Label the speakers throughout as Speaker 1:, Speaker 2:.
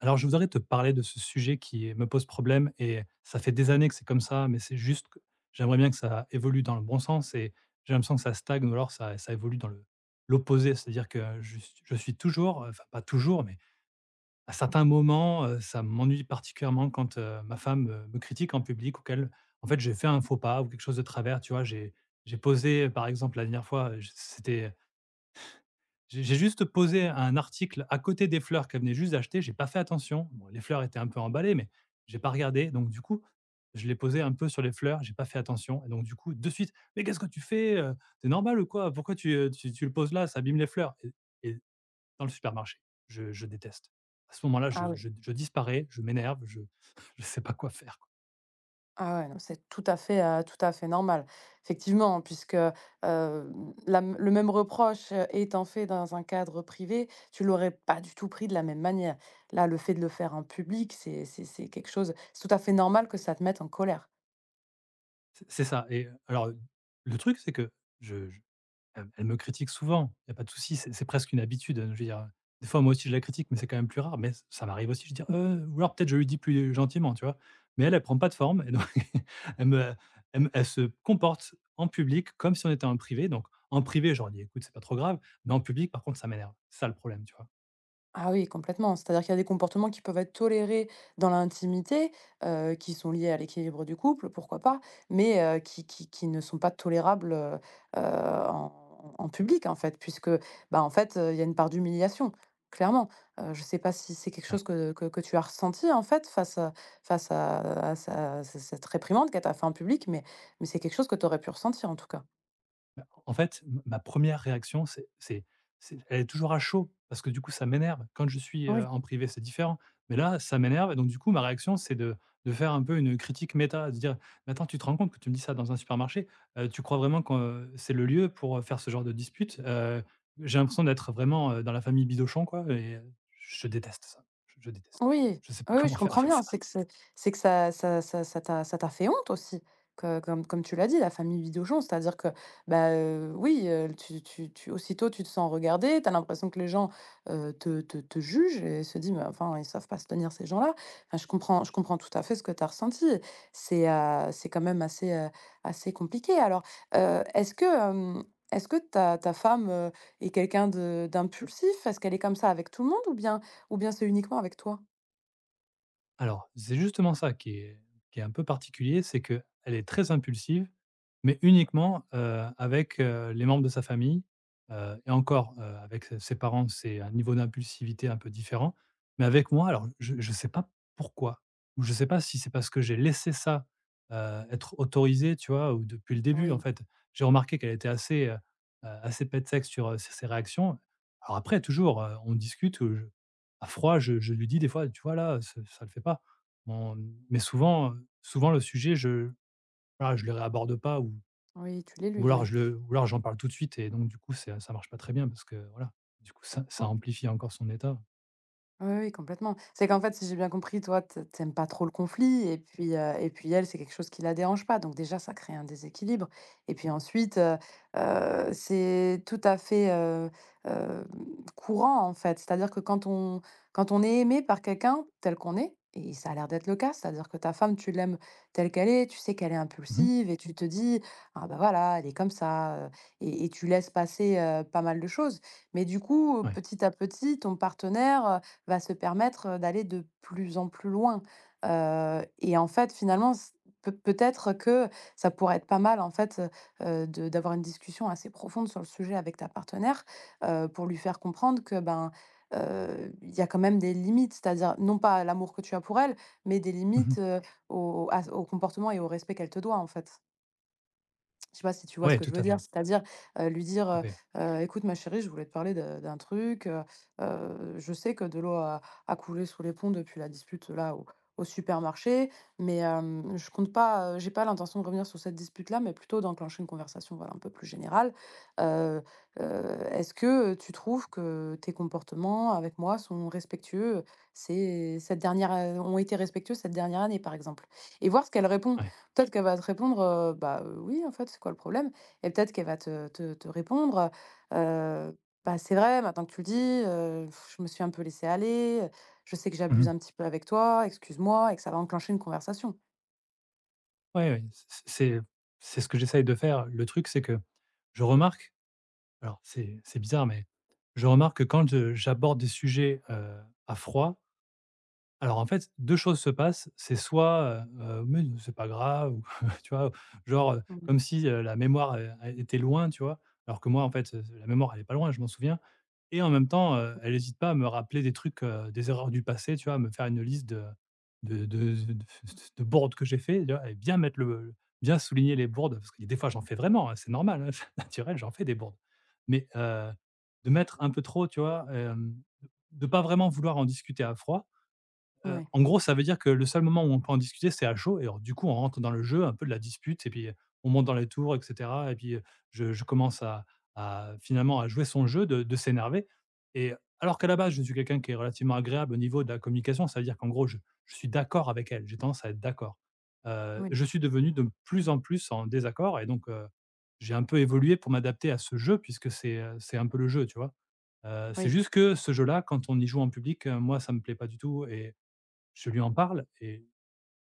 Speaker 1: Alors, je voudrais te parler de ce sujet qui me pose problème et ça fait des années que c'est comme ça, mais c'est juste que j'aimerais bien que ça évolue dans le bon sens et j'ai l'impression que ça stagne ou alors ça évolue dans le l'opposé. C'est-à-dire que je suis toujours, enfin pas toujours, mais à certains moments, ça m'ennuie particulièrement quand ma femme me critique en public ou qu'elle, en fait, j'ai fait un faux pas ou quelque chose de travers. Tu vois, j'ai posé, par exemple, la dernière fois, je- c'était j'ai juste posé un article à côté des fleurs qu'elle venait juste d'acheter, j'ai pas fait attention. Bon, les fleurs étaient un peu emballées, mais j'ai pas regardé. Donc du coup, je l'ai posé un peu sur les fleurs, j'ai pas fait attention. Et donc du coup, de suite: «Mais qu'est-ce que tu fais, C'est normal ou quoi? Pourquoi tu, tu le poses là? Ça abîme les fleurs» et dans le supermarché. Je déteste. À ce moment-là,
Speaker 2: Ah
Speaker 1: je
Speaker 2: oui.
Speaker 1: je je disparais, je m'énerve, je je sais pas quoi faire, quoi.
Speaker 2: Ah ouais, non, c'est tout à fait normal. Effectivement, puisque, hem, la m le même reproche, étant fait dans un cadre privé, tu l'aurais pas du tout pris de la même manière. Là, le fait de le faire en public, c'est quelque chose, c'est tout à fait normal que ça te mette en colère.
Speaker 1: C'est ça et alors, le truc, c'est que je elle me critique souvent, il y a pas de souci, c'est presque une habitude, je veux dire, des fois, moi aussi, je la critique, mais c'est quand même plus rare, mais ç ça m'arrive aussi, je dis: ou alors peut-être je lui dis plus gentiment, tu vois? Mais elle, elle prend pas de forme et donc elle me elle se comporte en public comme si on était en privé, donc en privé, je leur dis: «Écoute, c'est pas trop grave», mais en public, par contre, ça m'énerve. C'est ça le problème, tu vois?
Speaker 2: Ah oui, complètement. C'est-à-dire qu'il y a des comportements qui peuvent être tolérés dans l'intimité, qui sont liés à l'équilibre du couple, pourquoi pas, mais qui ne sont pas tolérables, heu, en en public, en fait, puisque, bah, en fait, il y a une part d'humiliation, clairement. Je ne sais pas si c'est quelque
Speaker 1: Ouais.
Speaker 2: chose que tu as ressenti, en fait, face à sa cette réprimande qu'elle t'a fait en public, mais c'est quelque chose que tu aurais pu ressentir, en tout cas.
Speaker 1: En fait, m ma première réaction, c'est elle est toujours à chaud parce que, du coup, ça m'énerve. Quand je suis,
Speaker 2: Oui.
Speaker 1: en privé, c'est différent, mais là, ça m'énerve et donc du coup, ma réaction, c'est de faire un peu une critique méta, de dire: «Mais attends, tu te rends compte que tu me dis ça dans un supermarché? Tu crois vraiment que c'est le lieu pour, faire ce genre de dispute?» J'ai l'impression d'être vraiment, dans la famille Bidochon, quoi et je déteste ça, je déteste.
Speaker 2: Oui,
Speaker 1: Je sais pas
Speaker 2: oui,
Speaker 1: comment
Speaker 2: je
Speaker 1: faire
Speaker 2: comprends
Speaker 1: avec ça.
Speaker 2: bien. C'est que ça t'a fait honte aussi, que comme tu l'as dit, la famille Bidochon. C'est-à-dire que, bah, oui, tu aussitôt tu te sens regardé, tu as l'impression que les gens, te jugent et se disent: «Mais enfin, ils savent pas se tenir ces gens-là». Enfin, je comprends tout à fait ce que tu as ressenti. C'est quand même assez, assez compliqué. Alors, est-ce que, est-ce que ta femme, est quelqu'un de d'impulsif? Est-ce qu'elle est comme ça avec tout le monde ou bien c'est uniquement avec toi?
Speaker 1: Alors, c'est justement ça qui est un peu particulier, c'est que elle est très impulsive mais uniquement, avec, les membres de sa famille, et encore, avec ses parents, c'est un niveau d'impulsivité un peu différent. Mais avec moi, alors je sais pas pourquoi ou je ne sais pas si c'est parce que j'ai laissé ça, être autorisé, tu vois? Ou depuis le début, en
Speaker 2: Oui,
Speaker 1: fait. J'ai remarqué qu'elle était assez, assez paix de sur, sur ses réactions. Alors après toujours, on discute, je à froid, je lui dis des fois: «Tu vois là, ce ça ne le fait pas». On mais souvent, souvent le sujet, je voilà, je le réaborde pas ou
Speaker 2: oui, tu les
Speaker 1: ou
Speaker 2: l'éludes,
Speaker 1: alors
Speaker 2: oui.
Speaker 1: je le ou alors j'en parle tout de suite et donc du coup, c'est ça marche pas très bien parce que voilà, du coup, ça
Speaker 2: Quand
Speaker 1: amplifie encore son état.
Speaker 2: Oui, oui, complètement. C'est qu'en fait, si j'ai bien compris, toi, t tu pas trop le conflit et puis elle, c'est quelque chose qui la dérange pas. Donc déjà, ça crée un déséquilibre et puis ensuite, c'est tout à fait, hem, courant, en fait. C'est-à-dire que quand on est aimé par quelqu'un tel qu'on est, et ça a l'air d'être le cas, c'est-à-dire que ta femme, tu l'aimes telle qu'elle est, tu sais qu'elle est
Speaker 1: Mmh.
Speaker 2: impulsive et tu te dis: «Ah bah, voilà, elle est comme ça», et tu laisses passer, pas mal de choses. Mais du coup,
Speaker 1: Ouais.
Speaker 2: petit à petit, ton partenaire, va se permettre d'aller de plus en plus loin, et en fait, finalement, c peut peut-être que ça pourrait être pas mal, en fait, de d'avoir une discussion assez profonde sur le sujet avec ta partenaire, pour lui faire comprendre que, ben, il y a quand même des limites. C'est-à-dire, non pas à l'amour que tu as pour elle, mais des
Speaker 1: Mmh.
Speaker 2: limites, au à au comportement et au respect qu'elle te doit, en fait. Je sais pas si tu vois ce
Speaker 1: Ouais,
Speaker 2: que
Speaker 1: tout
Speaker 2: je veux
Speaker 1: à
Speaker 2: dire?
Speaker 1: fait,
Speaker 2: C'est-à-dire, lui dire,
Speaker 1: tout à fait.
Speaker 2: Écoute ma chérie, je voulais te parler de d'un truc, je sais que de l'eau a coulé sous les ponts depuis la dispute là au supermarché, mais je compte pas, j'ai pas l'intention de revenir sur cette dispute là, mais plutôt d'enclencher une conversation, voilà, un peu plus générale. Heu, est-ce que tu trouves que tes comportements avec moi sont respectueux, C'est cette dernière, ont été respectueux cette dernière année?» par exemple. Et voir ce qu'elle répond.
Speaker 1: Ouais.
Speaker 2: Peut-être qu'elle va te répondre, «Bah, oui, en fait, c'est quoi le problème?» et peut-être qu'elle va te répondre, heu: bah, c'est vrai, maintenant que tu le dis, je me suis un peu laissée aller, je sais que
Speaker 1: Mmh.
Speaker 2: j'abuse un petit peu avec toi, excuse-moi» et que ça va enclencher une conversation.
Speaker 1: Ouais, ouais, c'est ce que j'essaye de faire. Le truc, c'est que je remarque, alors c'est bizarre, mais je remarque que quand je j'aborde des sujets, à froid. Alors, en fait, 2 choses se passent. C'est soit, «Mais c'est pas grave» ou tu vois? Genre, comme
Speaker 2: Mmh.
Speaker 1: si, la mémoire, elle était loin, tu vois? Alors que moi, en fait, la mémoire, elle est pas loin, je m'en souviens et en même temps, elle n'hésite pas à me rappeler des trucs, des erreurs du passé, tu vois? À me faire une liste de de de de bourdes que j'ai fait, tu vois? Et bien mettre le bien souligner les bourdes parce que des fois, j'en fais vraiment, hein, c'est normal, hein, c'est naturel, j'en fais des bourdes. Mais, de mettre un peu trop, tu vois? De pas vraiment vouloir en discuter à froid.
Speaker 2: Ouais,
Speaker 1: En gros, ça veut dire que le seul moment où on peut en discuter, c'est à chaud et alors du coup, on rentre dans le jeu un peu de la dispute et puis, on monte dans les tours et cetera et puis, je commence à finalement à jouer son jeu de s'énerver et alors qu'à la base, je suis quelqu'un qui est relativement agréable au niveau de la communication, ça veut dire qu'en gros, je suis d'accord avec elle, j'ai tendance à être d'accord.
Speaker 2: oui,
Speaker 1: Je suis devenu de plus en plus en désaccord et donc, j'ai un peu évolué pour m'adapter à ce jeu puisque c'est un peu le jeu, tu vois? C'est
Speaker 2: oui,
Speaker 1: juste que ce jeu-là, quand on y joue en public, moi, ça me plaît pas du tout et je lui en parle et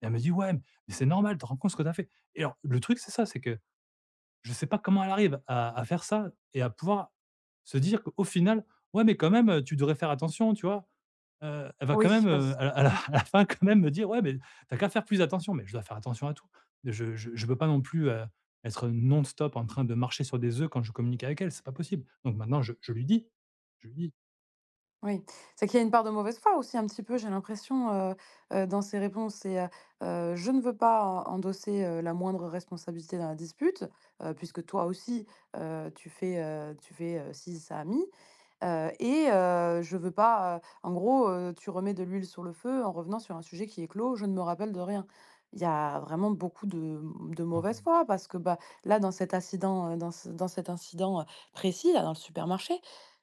Speaker 1: elle me dit: «Ouais, mais c'est normal, tu te rends compte ce que tu as fait?» et alors le truc, c'est ça, c'est que je sais pas comment elle arrive à faire ça et à pouvoir se dire qu'au final: «Ouais, mais quand même, tu devrais faire attention», tu vois? Elle va quand
Speaker 2: oui,
Speaker 1: même,
Speaker 2: je pense.
Speaker 1: à la à la fin quand même me dire: «Ouais, mais t'as qu'à faire plus attention», mais je dois faire attention à tout. Je peux pas non plus, être non-stop en train de marcher sur des œufs quand je communique avec elle, c'est pas possible. Donc maintenant je lui dis:
Speaker 2: Oui, c'est qu'il y a une part de mauvaise foi aussi un petit peu, j'ai l'impression, dans ses réponses. C'est, «Je ne veux pas endosser, la moindre responsabilité dans la dispute, puisque toi aussi, tu fais, ci, ça, mi. Et je veux pas, en gros, tu remets de l'huile sur le feu en revenant sur un sujet qui est clos, je ne me rappelle de rien. Il y a vraiment beaucoup de, de
Speaker 1: «Non,
Speaker 2: mauvaise
Speaker 1: non,
Speaker 2: foi parce que, bah, là, dans cet incident, dans cet incident, précis, là, dans le supermarché,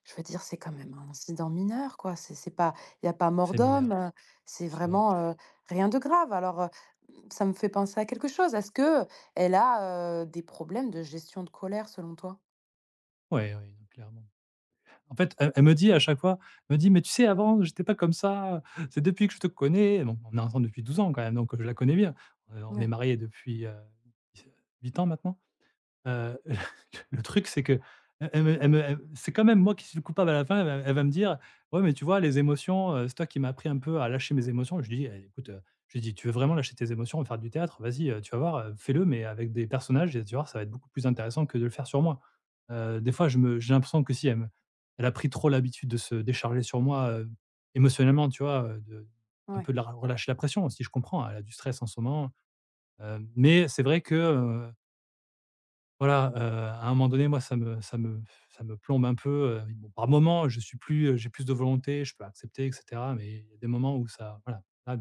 Speaker 2: je veux dire, c'est quand même un incident mineur, quoi. C'est pas, il y a pas mort
Speaker 1: c'est
Speaker 2: d'homme,
Speaker 1: mineur»,
Speaker 2: c'est
Speaker 1: c'est vrai.
Speaker 2: vraiment, rien de grave. Alors, ça me fait penser à quelque chose. Est-ce que elle a, des problèmes de gestion de colère selon toi?
Speaker 1: Ouais, ouais clairement. En fait, elle me dit à chaque fois, elle me dit: «Mais tu sais, avant, j'étais pas comme ça, c'est depuis que je te connais». Bon, on est ensemble depuis 12 ans quand même, donc, je la connais bien. On est
Speaker 2: Ouais,
Speaker 1: mariés depuis, 8 ans maintenant. Heu, le truc, c'est que, e elle c'est quand même moi qui suis le coupable à la fin. Elle va me dire: «Ouais, mais tu vois, les émotions, c'est toi qui m'as appris un peu à lâcher mes émotions». Je lui dis: «Eh écoute,» je lui dis: «Tu veux vraiment lâcher tes émotions et faire du théâtre? Vas-y, tu vas voir, fais-le, mais avec des personnages et tu vas voir, ça va être beaucoup plus intéressant que de le faire sur moi». Des fois, je me j'ai l'impression que si elle me elle a pris trop l'habitude de se décharger sur moi, émotionnellement, tu vois, de un
Speaker 2: ouais.
Speaker 1: peu de la relâcher la pression aussi, je comprends, elle a du stress en ce moment, mais c'est vrai que, voilà, à un moment donné, moi, ça me ça me plombe un peu, bon, par moment, j'ai plus de volonté, je peux accepter et cetera, mais il y a des moments où ça voilà, là,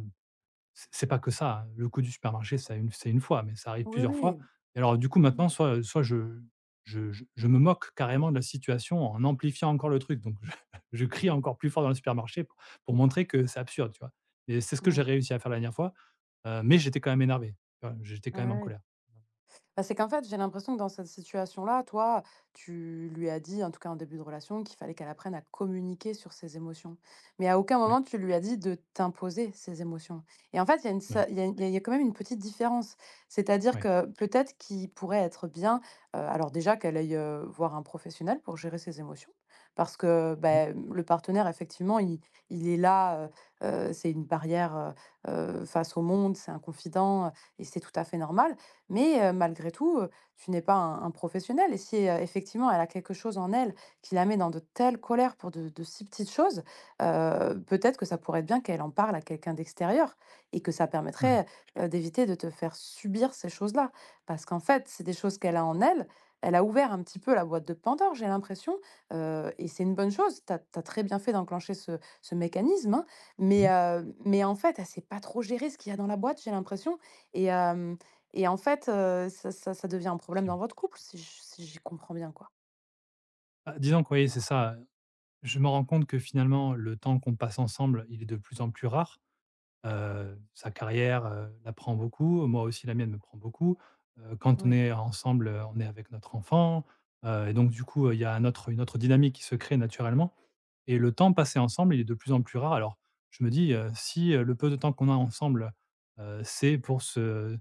Speaker 1: c'est pas que ça, hein. Le coup du supermarché, c'est une fois, mais ça arrive
Speaker 2: Oui,
Speaker 1: plusieurs fois
Speaker 2: oui.
Speaker 1: et alors du coup,
Speaker 2: Mmh.
Speaker 1: maintenant, soit je je me moque carrément de la situation en amplifiant encore le truc, donc je je crie encore plus fort dans le supermarché pour montrer que c'est absurde, tu vois? Et c'est ce que j'ai
Speaker 2: Ouais.
Speaker 1: réussi à faire la dernière fois, mais j'étais quand même énervé, tu vois? J'étais quand même en
Speaker 2: Ah oui.
Speaker 1: colère.
Speaker 2: Bah, c'est qu'en fait, j'ai l'impression que dans cette situation-là, toi, tu lui as dit, en tout cas en début de relation, qu'il fallait qu'elle apprenne à communiquer sur ses émotions. Mais à aucun
Speaker 1: Oui,
Speaker 2: moment, tu lui as dit de t'imposer ses émotions. Et en fait,
Speaker 1: oui,
Speaker 2: il y a quand même une petite différence. C'est-à-dire
Speaker 1: oui,
Speaker 2: que peut-être qu'il pourrait être bien, alors déjà qu'elle aille voir un professionnel pour gérer ses émotions, parce que
Speaker 1: oui,
Speaker 2: bah, le partenaire, effectivement, il est là, c'est une barrière, face au monde, c'est un confident, et c'est tout à fait normal, mais malgré tout, tu n'es pas un professionnel, et si, effectivement, elle a quelque chose en elle qui la met dans de telles colères pour de si petites choses, peut-être que ça pourrait être bien qu'elle en parle à quelqu'un d'extérieur et que ça
Speaker 1: oui.
Speaker 2: permettrait, d'éviter de te faire subir ces choses-là. Parce qu'en fait, c'est des choses qu'elle a en elle. Elle a ouvert un petit peu la boîte de Pandore, j'ai l'impression, et c'est une bonne chose. Tu as très bien fait d'enclencher ce mécanisme, hein,
Speaker 1: Mmh.
Speaker 2: mais en fait, elle sait pas trop gérer ce qu'il y a dans la boîte, j'ai l'impression, et hem et en fait, ça devient un problème dans
Speaker 1: Possible.
Speaker 2: votre couple, si j si j'y comprends bien, quoi?
Speaker 1: Bah, disons que oui, c'est ça, je me rends compte que finalement le temps qu'on passe ensemble, il est de plus en plus rare. Sa carrière, la prend beaucoup, moi aussi la mienne me prend beaucoup. Quand on
Speaker 2: Oui.
Speaker 1: est ensemble, on est avec notre enfant, et donc du coup, il y a un autre une autre dynamique qui se crée naturellement. Et le temps passé ensemble, il est de plus en plus rare. Alors, je me dis, si, le peu de temps qu'on a ensemble, c'est pour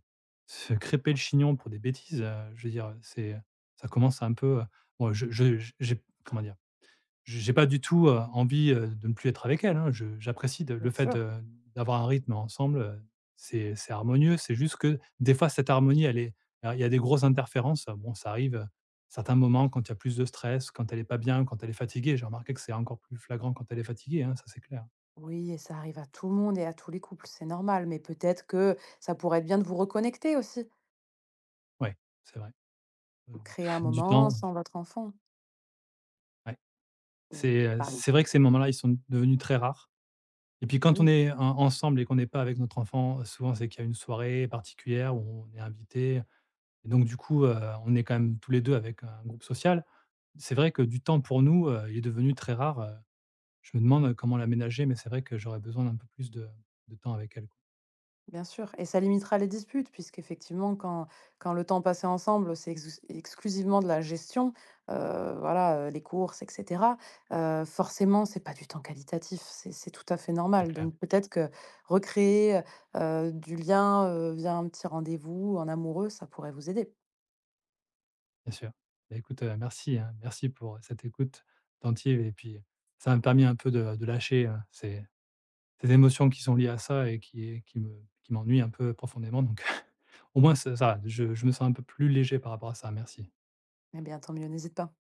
Speaker 1: se crêper le chignon pour des bêtises, je veux dire, c'est ça commence à un peu, bon je j'ai comment dire? J'ai pas du tout, envie, de ne plus être avec elle, hein. Je j'apprécie de le
Speaker 2: Bien
Speaker 1: fait
Speaker 2: sûr.
Speaker 1: de d'avoir un rythme ensemble, c'est harmonieux. C'est juste que des fois cette harmonie elle est alors il y a des grosses interférences, bon ça arrive, certains moments quand il y a plus de stress, quand elle est pas bien, quand elle est fatiguée. J'ai remarqué que c'est encore plus flagrant quand elle est fatiguée, hein, ça c'est clair.
Speaker 2: Oui, et ça arrive à tout le monde et à tous les couples, c'est normal, mais peut-être que ça pourrait être bien de vous reconnecter aussi,
Speaker 1: Ouais, c'est vrai, heu,
Speaker 2: créer un
Speaker 1: du
Speaker 2: moment
Speaker 1: temps,
Speaker 2: sans votre enfant.
Speaker 1: ouais.
Speaker 2: Mmh, pardon.
Speaker 1: C'est vrai que ces moments-là, ils sont devenus très rares et puis
Speaker 2: Eh
Speaker 1: quand on
Speaker 2: oui.
Speaker 1: est en ensemble et qu'on n'est pas avec notre enfant, souvent c'est qu'il y a une soirée particulière où on est invité. Et donc du coup, on est quand même tous les 2 avec un groupe social. C'est vrai que du temps pour nous, il est devenu très rare, je me demande comment l'aménager, mais c'est vrai que j'aurais besoin d'un peu plus de temps avec elle, quoi.
Speaker 2: Bien sûr, et ça limitera les disputes puisqu'effectivement quand le temps passé ensemble, c'est exus exclusivement de la gestion, voilà, les courses et cetera, forcément, c'est pas du temps qualitatif, c'est tout à fait
Speaker 1: C'est
Speaker 2: normal,
Speaker 1: clair,
Speaker 2: donc peut-être que recréer, heu du lien, via un petit rendez-vous en amoureux, ça pourrait vous aider.
Speaker 1: bien sûr. Bah, écoute, merci, hein, merci pour cette écoute attentive et puis ça m'a permis un peu de lâcher, ces émotions qui sont liées à ça et qui m'ennuient un peu profondément donc au moins ça va, je me sens un peu plus léger par rapport à ça, merci.
Speaker 2: Eh bien, tant mieux, n'hésite pas.